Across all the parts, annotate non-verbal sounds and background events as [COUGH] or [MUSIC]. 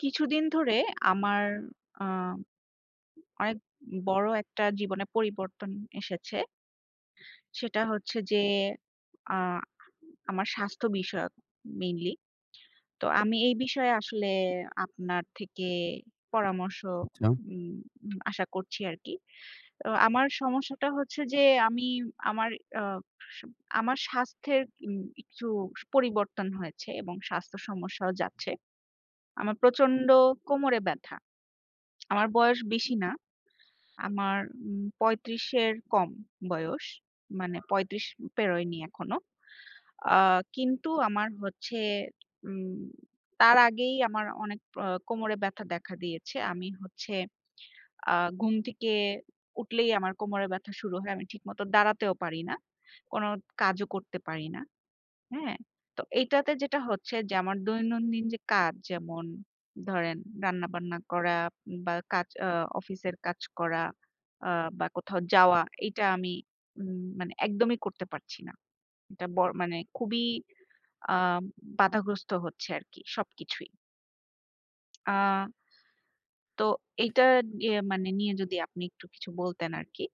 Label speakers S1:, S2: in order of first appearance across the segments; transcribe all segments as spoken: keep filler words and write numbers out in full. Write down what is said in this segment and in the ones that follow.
S1: কিছুদিন ধরে আমার আ অনেক বড় একটা জীবনে পরিবর্তন এসেছে। সেটা হচ্ছে যে আ আমার স্বাস্থ্য বিষয়ক মেইনলি। তো আমি এই বিষয়ে আসলে আপনার থেকে পরামর্শ
S2: আচ্ছা।
S1: উম আশা করছি আরকি। তো আমার সমস্যাটা হচ্ছে যে আমি আমার আ আমার স্বাস্থ্যের উম একটু পরিবর্তন হয়েছে এবং স্বাস্থ্য সমস্যাও যাচ্ছে। আমার প্রচন্ড কোমরে ব্যথা। আমার বয়স বেশি না। আমার উম পঁয়ত্রিশ এর কম বয়স। মানে পঁয়ত্রিশ পেরোয়নি এখনো। আ কিন্তু আমার হচ্ছে উম তার আগেই আমার অনেক আ কোমরে ব্যথা দেখা দিয়েছে। আমি হচ্ছে আ ঘুম থেকে উঠলেই আমার কোমরে ব্যথা শুরু হয়। আমি ঠিকমতো দাঁড়াতেও পারি না। কোনো কাজও করতে পারি না। হ্যাঁ? তো এইটাতে যেটা হচ্ছে যে আমার দৈনন্দিন যে কাজ যেমন ধরেন রান্নাবান্না করা বা কাজ আ অফিসের কাজ করা আ বা কোথাও যাওয়া এইটা আমি উম মানে একদমই করতে পারছি না। এটা বর মানে খুবই আ বাধাগ্রস্ত হচ্ছে আরকি সবকিছুই। আ তো এইটা ইয়ে মানে নিয়ে যদি আপনি একটু কিছু বলতেন আরকি।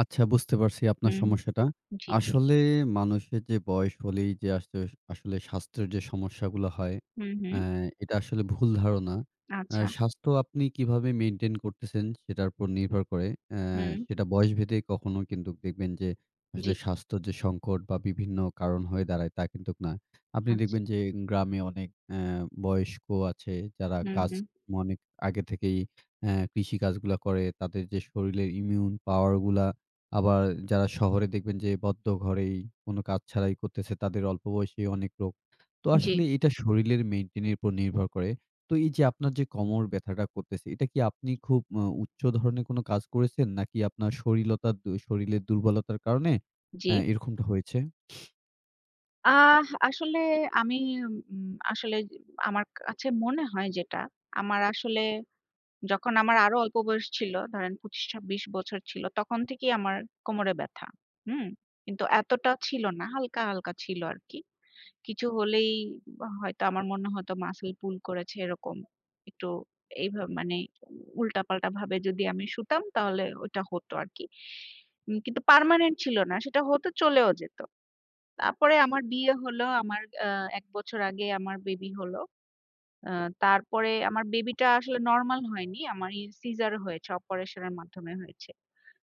S2: আচ্ছা বুঝতে পারছি আপনার
S1: হুম,
S2: সমস্যাটা।
S1: জি, জি।
S2: আসলে মানুষের যে বয়স হলেই যে আসলে আসলে স্বাস্থ্যের যে সমস্যাগুলো হয়,
S1: হুম, হুম।
S2: অ্যা এটা আসলে ভুল ধারণা। অ্যা
S1: আচ্ছা।
S2: স্বাস্থ্য আপনি কিভাবে মেইনটেইন করতেছেন সেটার উপর নির্ভর করে। অ্যা
S1: হুম,
S2: সেটা বয়সভেদে কখনো কিন্তু দেখবেন যে
S1: জি।
S2: আসলে স্বাস্থ্যর যে সংকট বা বিভিন্ন কারণ হয়ে দাঁড়ায় তা কিন্তু না। আপনি
S1: আচ্ছা।
S2: দেখবেন যে গ্রামে অনেক অ্যা বয়স্ক আছে যারা
S1: হুম,
S2: কাজ
S1: হুম।
S2: অনেক আগে থেকেই অ্যা কৃষিকাজগুলা করে। তাদের যে শরীরের ইমিউন পাওয়ার গুলা আবার যারা শহরে দেখবেন যে বদ্ধ ঘরেই কোনো কাজ ছাড়াই করতেছে, তাদের অল্প বয়সেই অনেক রোগ। তো
S1: জি,
S2: আসলে এটা শরীরের maintain এর উপর নির্ভর করে। তো এই যে আপনার যে কোমর ব্যাথাটা করতেছে, এটা কি আপনি খুব আ উচ্চ ধরনের কোনো কাজ করেছেন? নাকি আপনার শরীলতা দু শরীরের দুর্বলতার কারণে
S1: জি।
S2: অ্যা এরকমটা হয়েছে?
S1: আহ আসলে আমি উম আসলে আমার কাছে মনে হয় যেটা, আমার আসলে যখন আমার আরো অল্প বয়স ছিল, ধরেন পঁচিশ ছাব্বিশ বছর ছিল, তখন থেকেই আমার কোমরে ব্যথা। হুম? কিন্তু এতটা ছিল না, হালকা, হালকা ছিল আরকি। কিছু হলেই হয়তো আমার মনে হতো মাসল পুল করেছে এরকম। একটু এইভাবে মানে উল্টাপাল্টা ভাবে যদি আমি শুতাম তাহলে ওটা হতো আরকি। উম কিন্তু পার্মানেন্ট ছিল না। সেটা হতো চলেও যেত। তারপরে আমার বিয়ে হলো। আমার আ এক বছর আগে আমার বেবি হলো। আ তারপরে আমার বেবিটা আসলে নরমাল হয়নি। আমার ই সিজার হয়েছে, অপারেশনের মাধ্যমে হয়েছে।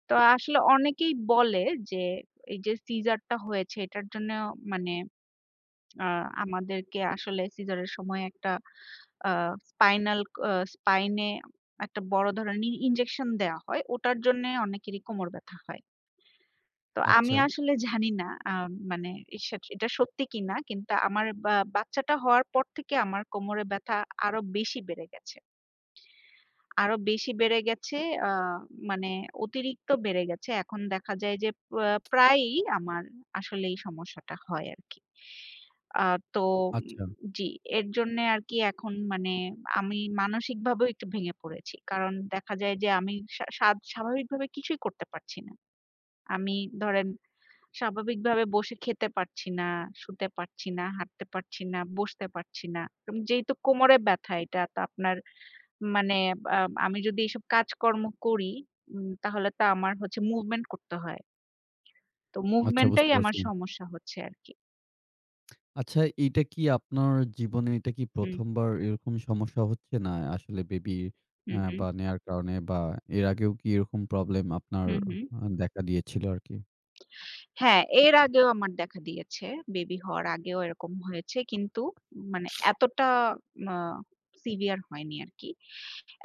S1: তো আসলে অনেকেই বলে যে, এই যে সিজারটা হয়েছে এটার জন্য মানে আ আমাদেরকে আসলে সিজারের সময় একটা আ স্পাইনাল আ স্পাইনে একটা বড় ধরনের ইনজেকশন দেয়া হয়। ওটার জন্যে অনেকেরই কোমর ব্যথা হয়। তো আমি
S2: আচ্ছা।
S1: আসলে জানি না আ মানে এসা এটা সত্যি কিনা। কিন্তু আমার বা বাচ্চাটা হওয়ার পর থেকে আমার কোমরে ব্যথা আরো বেশি বেড়ে গেছে। আরো বেশি বেড়ে গেছে আ মানে অতিরিক্ত বেড়ে গেছে। এখন দেখা যায় যে প্রা প্রায়ই আমার আসলে এই সমস্যাটা হয় আরকি। আ তো উম
S2: আচ্ছা,
S1: জি, এর জন্যে আরকি এখন মানে আমি মানসিকভাবেও একটু ভেঙে পড়েছি। কারণ দেখা যায় যে আমি সা সাদ স্বাভাবিকভাবে কিছুই করতে পারছি না। আমি ধরেন স্বাভাবিকভাবে বসে খেতে পারছি না, শুতে পারছি না, হাঁটতে পারছি না, বসতে পারছি না। উম যেহেতু কোমরে ব্যথা এটা তো আপনার মানে আ আমি যদি এইসব কাজকর্ম করি উম তাহলে তো আমার হচ্ছে মুভমেন্ট করতে হয়। তো
S2: আচ্ছা
S1: মুভমেন্টটাই
S2: বুঝতে
S1: আমার
S2: পারছি।
S1: সমস্যা হচ্ছে আরকি।
S2: আচ্ছা, এইটা কি আপনার জীবনে এটা কি
S1: হুম,
S2: ১ম বার এরকম সমস্যা হচ্ছে? না আসলে বেবি
S1: হুম,
S2: আ
S1: হুম,
S2: বা নেয়ার কারণে বা এর আগেও কি এরকম প্রবলেম আপনার
S1: হুম, হুম।
S2: আ দেখা দিয়েছিল আরকি?
S1: হ্যাঁ, এর আগেও আমার দেখা দিয়েছে। বেবি হওয়ার আগেও এরকম হয়েছে। কিন্তু মানে এতটা আ সিভিয়ার হয়নি আরকি।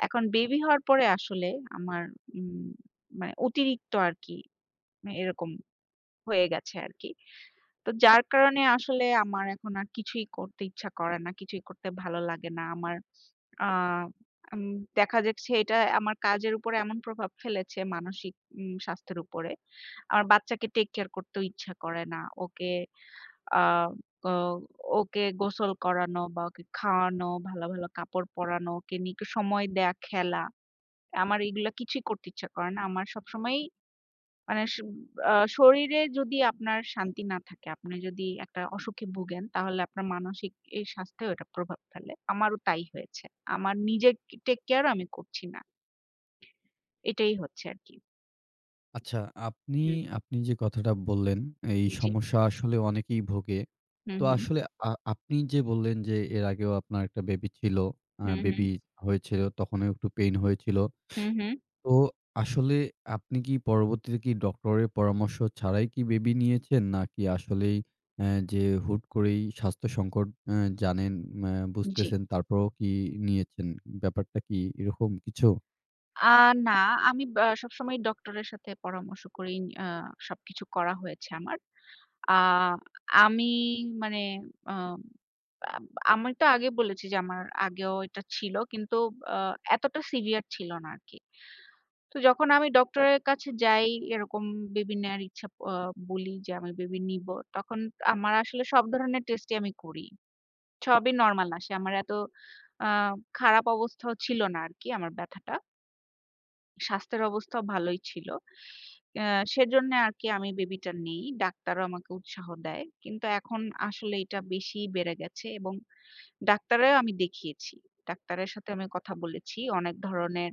S1: এখন বেবি হওয়ার পরে আসলে আমার উম মানে অতিরিক্ত আরকি মানে এরকম হয়ে গেছে আরকি। তো যার কারণে আসলে আমার এখন আর কিছুই করতে ইচ্ছা করে না। কিছুই করতে ভালো লাগে না। আমার আ উম দেখা যাচ্ছে এটা আমার কাজের উপরে এমন প্রভাব ফেলেছে মানসিক উম স্বাস্থ্যের উপরে। আমার বাচ্চাকে টেক কেয়ার করতেও ইচ্ছা করে না। ওকে আ ও ওকে গোসল করানো বা ওকে খাওয়ানো, ভালো, ভালো কাপড় পরানো, ওকে নিয়ে একটু সময় দেয়া, খেলা। আমার এগুলা কিছুই করতে ইচ্ছা করে না। আমার সবসময়ই মানে স আ শরীরে যদি আপনার শান্তি না থাকে, আপনি যদি একটা অসুখে ভোগেন, তাহলে আপনার মানসিক এই স্বাস্থ্যেও এটা প্রভাব ফেলে। আমারও তাই হয়েছে। আমার নিজের টেক কেয়ার আমি করছি না। এটাই হচ্ছে আরকি।
S2: আচ্ছা, আপনি
S1: হুম,
S2: আপনি যে কথাটা বললেন, এই
S1: জি।
S2: সমস্যা আসলে অনেকেই ভোগে।
S1: হুম,
S2: তো
S1: হুম।
S2: আসলে আ আপনি যে বললেন যে এর আগেও আপনার একটা বেবি ছিল, আ
S1: হুম, হুম।
S2: বেবি হয়েছিল তখনও একটু পেইন হয়েছিল।
S1: হুম, হুম।
S2: তো আসলে আপনি কি পরবর্তীতে কি ডক্টরের পরামর্শ ছাড়াই কি বেবি নিয়েছেন? নাকি আসলেই অ্যা যে হুট করেই স্বাস্থ্য সংকট অ্যা জানেন, অ্যা
S1: জি।
S2: বুঝতেছেন তারপরেও কি নিয়েছেন? ব্যাপারটা কি এরকম কিছু?
S1: আ না, আমি বা সবসময় ডক্টরের সাথে পরামর্শ করেই আ সবকিছু করা হয়েছে আমার। আ আমি মানে আ আব আমি তো আগে বলেছি যে আমার আগেও এটা ছিল কিন্তু আ এতটা সিভিয়ার ছিল না আরকি। তো যখন আমি ডক্টরের কাছে যাই এরকম বেবি নেয়ার ইচ্ছা আ বলি যে আমি বেবি নিবো। তখন আমার আসলে সব ধরনের টেস্টই আমি করি। সবই নরমাল আসে। আমার এত আ খারাপ অবস্থাও ছিল না আরকি আমার ব্যথাটা। স্বাস্থ্যের অবস্থাও ভালোই ছিল। অ্যা সেজন্যে আরকি আমি বেবিটা নেই। ডাক্তারও আমাকে উৎসাহ দেয়। কিন্তু এখন আসলে এটা বেশি বেড়ে গেছে এবং ডাক্তারেও আমি দেখিয়েছি। ডাক্তারের সাথে আমি কথা বলেছি। অনেক ধরনের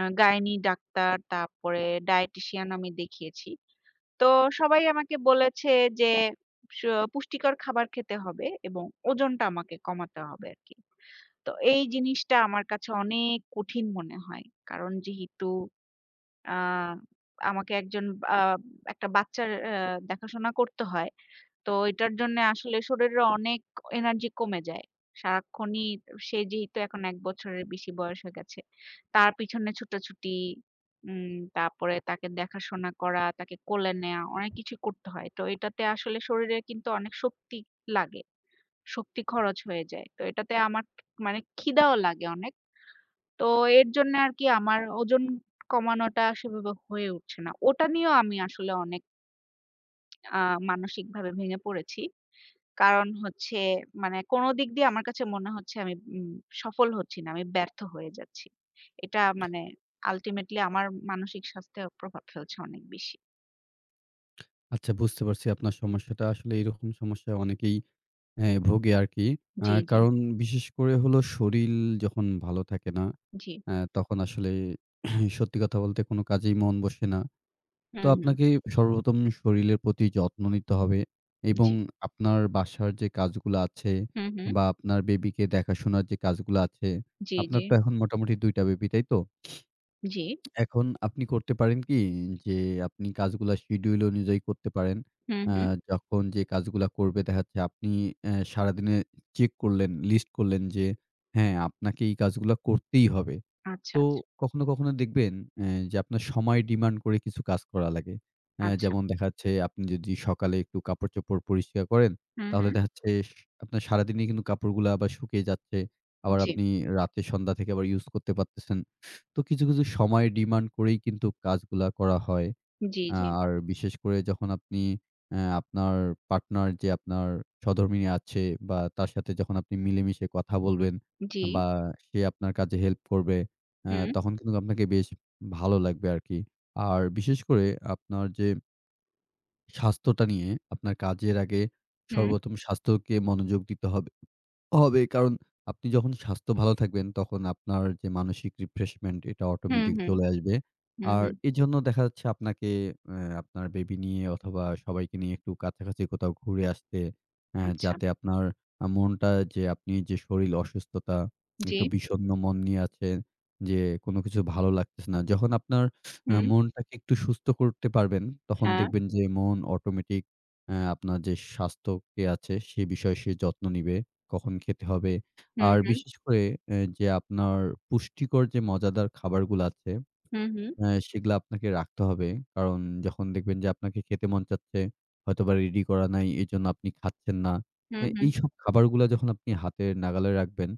S1: আ গাইনি ডাক্তার, তারপরে ডায়েটিশিয়ান আমি দেখিয়েছি। তো সবাই আমাকে বলেছে যে স পুষ্টিকর খাবার খেতে হবে এবং ওজনটা আমাকে কমাতে হবে আরকি। তো এই জিনিসটা আমার কাছে অনেক কঠিন মনে হয়। কারণ যেহেতু আ আমাকে একজন আ একটা বাচ্চার আ দেখাশোনা করতে হয়। তো এটার জন্যে আসলে শরীরের অনেক এনার্জি কমে যায়। সারাক্ষণই সে যেহেতু এখন এক বছরের বেশি বয়স হয়ে গেছে। তার পিছনে ছুটাছুটি, উম তারপরে তাকে দেখাশোনা করা, তাকে কোলে নেয়া অনেক কিছু করতে হয়। তো এটাতে আসলে শরীরে কিন্তু অনেক শক্তি লাগে। শক্তি খরচ হয়ে যায়। তো এটাতে আমার মানে খিদাও লাগে অনেক। তো এর জন্যে আর কি আমার ওজন কমানোটা সেভাবে হয়ে উঠছে না। ওটা নিয়েও আমি আসলে অনেক আ মানসিকভাবে ভেঙে পড়েছি। কারণ হচ্ছে মানে কোন দিক দিয়ে আমার কাছে মনে হচ্ছে আমি উম সফল হচ্ছি না, আমি ব্যর্থ হয়ে যাচ্ছি। এটা মানে আল্টিমেটলি আমার মানসিক স্বাস্থ্যেও প্রভাব ফেলছে অনেক বেশি।
S2: আচ্ছা বুঝতে পারছি আপনার সমস্যাটা। আসলে এরকম সমস্যায় অনেকেই অ্যা ভোগে আরকি। আ
S1: জি, জি,
S2: কারণ বিশেষ করে হলো শরীল যখন ভালো থাকে না,
S1: জি।
S2: অ্যা তখন আসলে [CLEARS THROAT] সত্যি কথা বলতে কোনো কাজেই মন বসে না। তো
S1: হুম, হুম।
S2: আপনাকে সর্বপ্রথম শরীরের প্রতি যত্ন নিতে হবে এবং
S1: জি।
S2: আপনার বাসার যে কাজগুলো আছে
S1: হুম, হুম।
S2: বা আপনার বেবিকে দেখাশোনার যে কাজগুলো আছে,
S1: জি, জি,
S2: আপনার তো এখন মোটামুটি দুই টা বেবি, তাই তো?
S1: জি।
S2: এখন আপনি করতে পারেন কি যে আপনি কাজগুলা শিডিউল অনুযায়ী করতে পারেন।
S1: হুম,
S2: আ
S1: হুম।
S2: যখন যে কাজগুলা করবে দেখা যাচ্ছে আপনি অ্যা সারাদিনে চেক করলেন, লিস্ট করলেন যে হ্যাঁ, আপনাকে এই কাজগুলা করতেই হবে।
S1: আচ্ছা,
S2: তো
S1: আচ্ছা,
S2: কখনো, কখনো দেখবেন অ্যা যে আপনার সময় ডিমান্ড করে কিছু কাজ করা লাগে। অ্যা
S1: আচ্ছা।
S2: যেমন দেখা যাচ্ছে আপনি যদি সকালে একটু কাপড়-চোপড় পরিষ্কার করেন,
S1: হুম,
S2: তাহলে
S1: হুম।
S2: দেখা যাচ্ছে স আপনার সারাদিনই কিন্তু কাপড়গুলা আবার শুকিয়ে যাচ্ছে। আবার
S1: জি,
S2: আপনি রাতে সন্ধ্যা থেকে আবার ইউজ করতে পারতেছেন। তো কিছু, কিছু সময় ডিমান্ড করেই কিন্তু কাজগুলা করা হয়।
S1: জি,
S2: আ
S1: জি,
S2: আর বিশেষ করে যখন আপনি অ্যা আপনার পার্টনার যে আপনার সহধর্মিণী আছে বা তার সাথে যখন আপনি মিলেমিশে কথা বলবেন
S1: জি।
S2: বা সে আপনার কাজে হেল্প করবে, অ্যা
S1: হুম,
S2: তখন কিন্তু আপনাকে বেশ ভালো লাগবে আরকি। আর বিশেষ করে আপনার যে স্বাস্থ্যটা নিয়ে আপনার কাজের আগে
S1: হুম,
S2: সর্বপ্রথম স্বাস্থ্যকে মনোযোগ দিতে হবে। হবে কারণ আপনি যখন স্বাস্থ্য ভালো থাকবেন, তখন আপনার যে মানসিক রিফ্রেশমেন্ট এটা
S1: হুম,
S2: অটোমেটিক
S1: হুম,
S2: চলে আসবে।
S1: হুম,
S2: আর
S1: হুম।
S2: এজন্য দেখা যাচ্ছে আপনাকে অ্যা আপনার বেবি নিয়ে অথবা সবাইকে নিয়ে একটু কাছাকাছি কোথাও ঘুরে আসতে অ্যা
S1: আচ্ছা।
S2: যাতে আপনার আ মনটা যে আপনি যে শরীল অসুস্থতা,
S1: জি।
S2: একটু বিষণ্ণ মন নিয়ে আছেন, যে কোনো কিছু ভালো লাগতেছে না। যখন আপনার আ
S1: হুম,
S2: মনটাকে একটু সুস্থ করতে পারবেন, তখন
S1: হ্যাঁ।
S2: দেখবেন যে মন অটোমেটিক অ্যা আপনার যে স্বাস্থ্যকে আছে সে বিষয়ে সে যত্ন নিবে। কখন খেতে হবে।
S1: হুম,
S2: আর বিশেষ করে এ যে আপনার পুষ্টিকর যে মজাদার খাবারগুলো আছে
S1: হুম, হুম,
S2: হ্যাঁ, সেগুলা আপনাকে রাখতে হবে। কারণ যখন দেখবেন যে আপনাকে খেতে মন চাচ্ছে, হয়তোবা রেডি করা নাই, এজন্য আপনি খাচ্ছেন না।
S1: হুম, হুম,
S2: এ
S1: হুম,
S2: এইসব খাবারগুলা যখন আপনি হাতের নাগালে রাখবেন,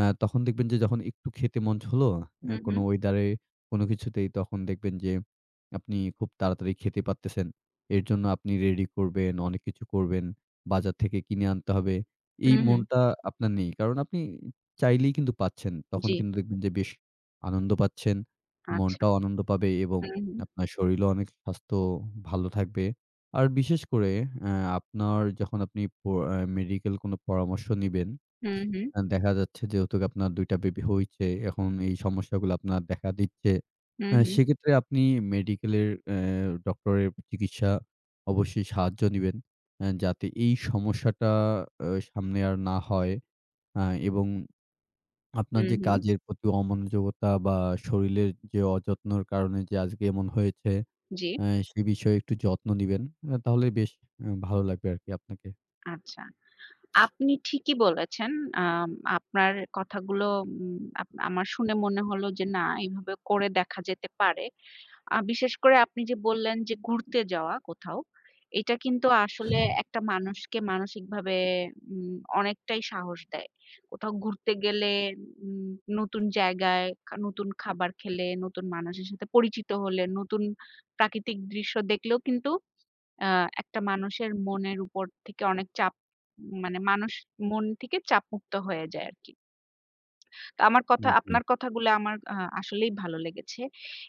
S2: আ তখন দেখবেন যে যখন একটু খেতে মন হলো, অ্যা
S1: হুম,
S2: কোনো
S1: হুম,
S2: ওয়েদারে কোনো কিছুতেই তখন দেখবেন যে আপনি খুব তাড়াতাড়ি খেতে পারতেছেন। এর জন্য আপনি রেডি করবেন, অনেক কিছু করবেন, বাজার থেকে কিনে আনতে হবে। এই
S1: হুম, হুম।
S2: মনটা আপনার নেই। কারণ আপনি চাইলেই কিন্তু পাচ্ছেন। তখন
S1: জি।
S2: কিন্তু দেখবেন যে বেশ আনন্দ পাচ্ছেন।
S1: আচ্ছা।
S2: মনটাও আনন্দ পাবে এবং
S1: হুম,
S2: আপনার শরীরও অনেক স্বাস্থ্য ভালো থাকবে। আর বিশেষ করে অ্যা আপনার যখন আপনি প অ্যা মেডিকেল কোনো পরামর্শ নিবেন,
S1: হুম, হুম,
S2: অ্যা দেখা যাচ্ছে যেহেতু আপনার দুই টা বেবি হইছে, এখন এই সমস্যাগুলো আপনার দেখা দিচ্ছে।
S1: হুম,
S2: অ্যা
S1: হুম, হুম,
S2: সেক্ষেত্রে আপনি মেডিকেলের অ্যা ডক্টরের চিকিৎসা অবশ্যই সাহায্য নিবেন। অ্যা যাতে এই সমস্যাটা অ্যা সামনে আর না হয়। অ্যা এবং আপনার
S1: হুম,
S2: যে
S1: হুম।
S2: কাজের প্রতি অমনোযোগতা বা শরীরের যে অযত্নর কারণে যে আজকে এমন হয়েছে,
S1: জি।
S2: আ সে বিষয়ে একটু যত্ন নিবেন। আ তাহলে বেশ আ ভালো লাগবে আরকি আপনাকে।
S1: আচ্ছা। আপনি ঠিকই বলেছেন। আম আপনার কথাগুলো উম আপ আমার শুনে মনে হলো যে না এভাবে করে দেখা যেতে পারে। আ বিশেষ করে আপনি যে বললেন যে ঘুরতে যাওয়া কোথাও, এটা কিন্তু আসলে একটা মানুষকে মানসিকভাবে উম অনেকটাই সাহস দেয়। কোথাও ঘুরতে গেলে উম নতুন জায়গায়, খা নতুন খাবার খেলে, নতুন মানুষের সাথে পরিচিত হলে, নতুন প্রাকৃতিক দৃশ্য দেখলেও কিন্তু আ একটা মানুষের মনের উপর থেকে অনেক চাপ মানে মানুষ মন থেকে চাপমুক্ত হয়ে যায় আরকি। আমার কথা
S2: হুম, জি,
S1: আপনার কথাগুলো আমার আ আসলেই ভালো লেগেছে।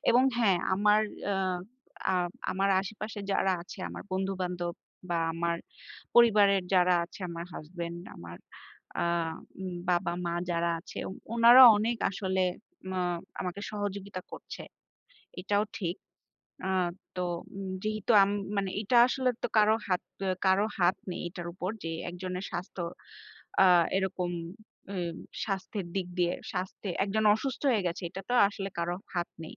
S1: এবং হ্যাঁ, আমার আ আ আমার আশেপাশে যারা আছে আমার বন্ধু-বান্ধব বা আমার পরিবারের যারা আছে আমার হাসব্যান্ড, আমার আ উম বাবা-মা যারা আছে উনারা অনেক আসলে মা আমাকে সহযোগিতা করছে। এটাও ঠিক। আ তো উম যেহেতু আম মানে এটা আসলে তো কারো হাত কারো হাত নেই এটার উপর যে একজনের স্বাস্থ্য আ এরকম এ স্বাস্থ্যের দিক দিয়ে স্বাস্থ্যে একজন অসুস্থ হয়ে গেছে এটা তো আসলে কারো হাত নেই।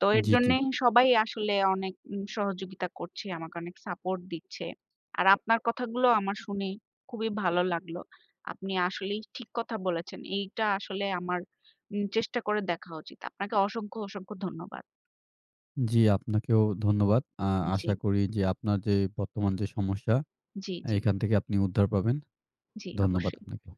S1: তো এর
S2: জি, জি।
S1: জন্যে সবাই আসলে অনেক উম সহযোগিতা করছে, আমাকে অনেক সাপোর্ট দিচ্ছে। আর আপনার কথাগুলো আমার শুনে খুবই ভালো লাগলো। আপনি আসলেই ঠিক কথা বলেছেন। এইটা আসলে আমার উম চেষ্টা করে দেখা উচিত। আপনাকে অসংখ্য, অসংখ্য ধন্যবাদ।
S2: জি, আপনাকেও ধন্যবাদ। আ
S1: জি,
S2: আশা করি যে আপনার যে বর্তমান যে সমস্যা,
S1: জি, জি,
S2: এখান থেকে আপনি উদ্ধার পাবেন।
S1: জি
S2: ধন্যবাদ
S1: অবশ্যই।
S2: আপনাকে।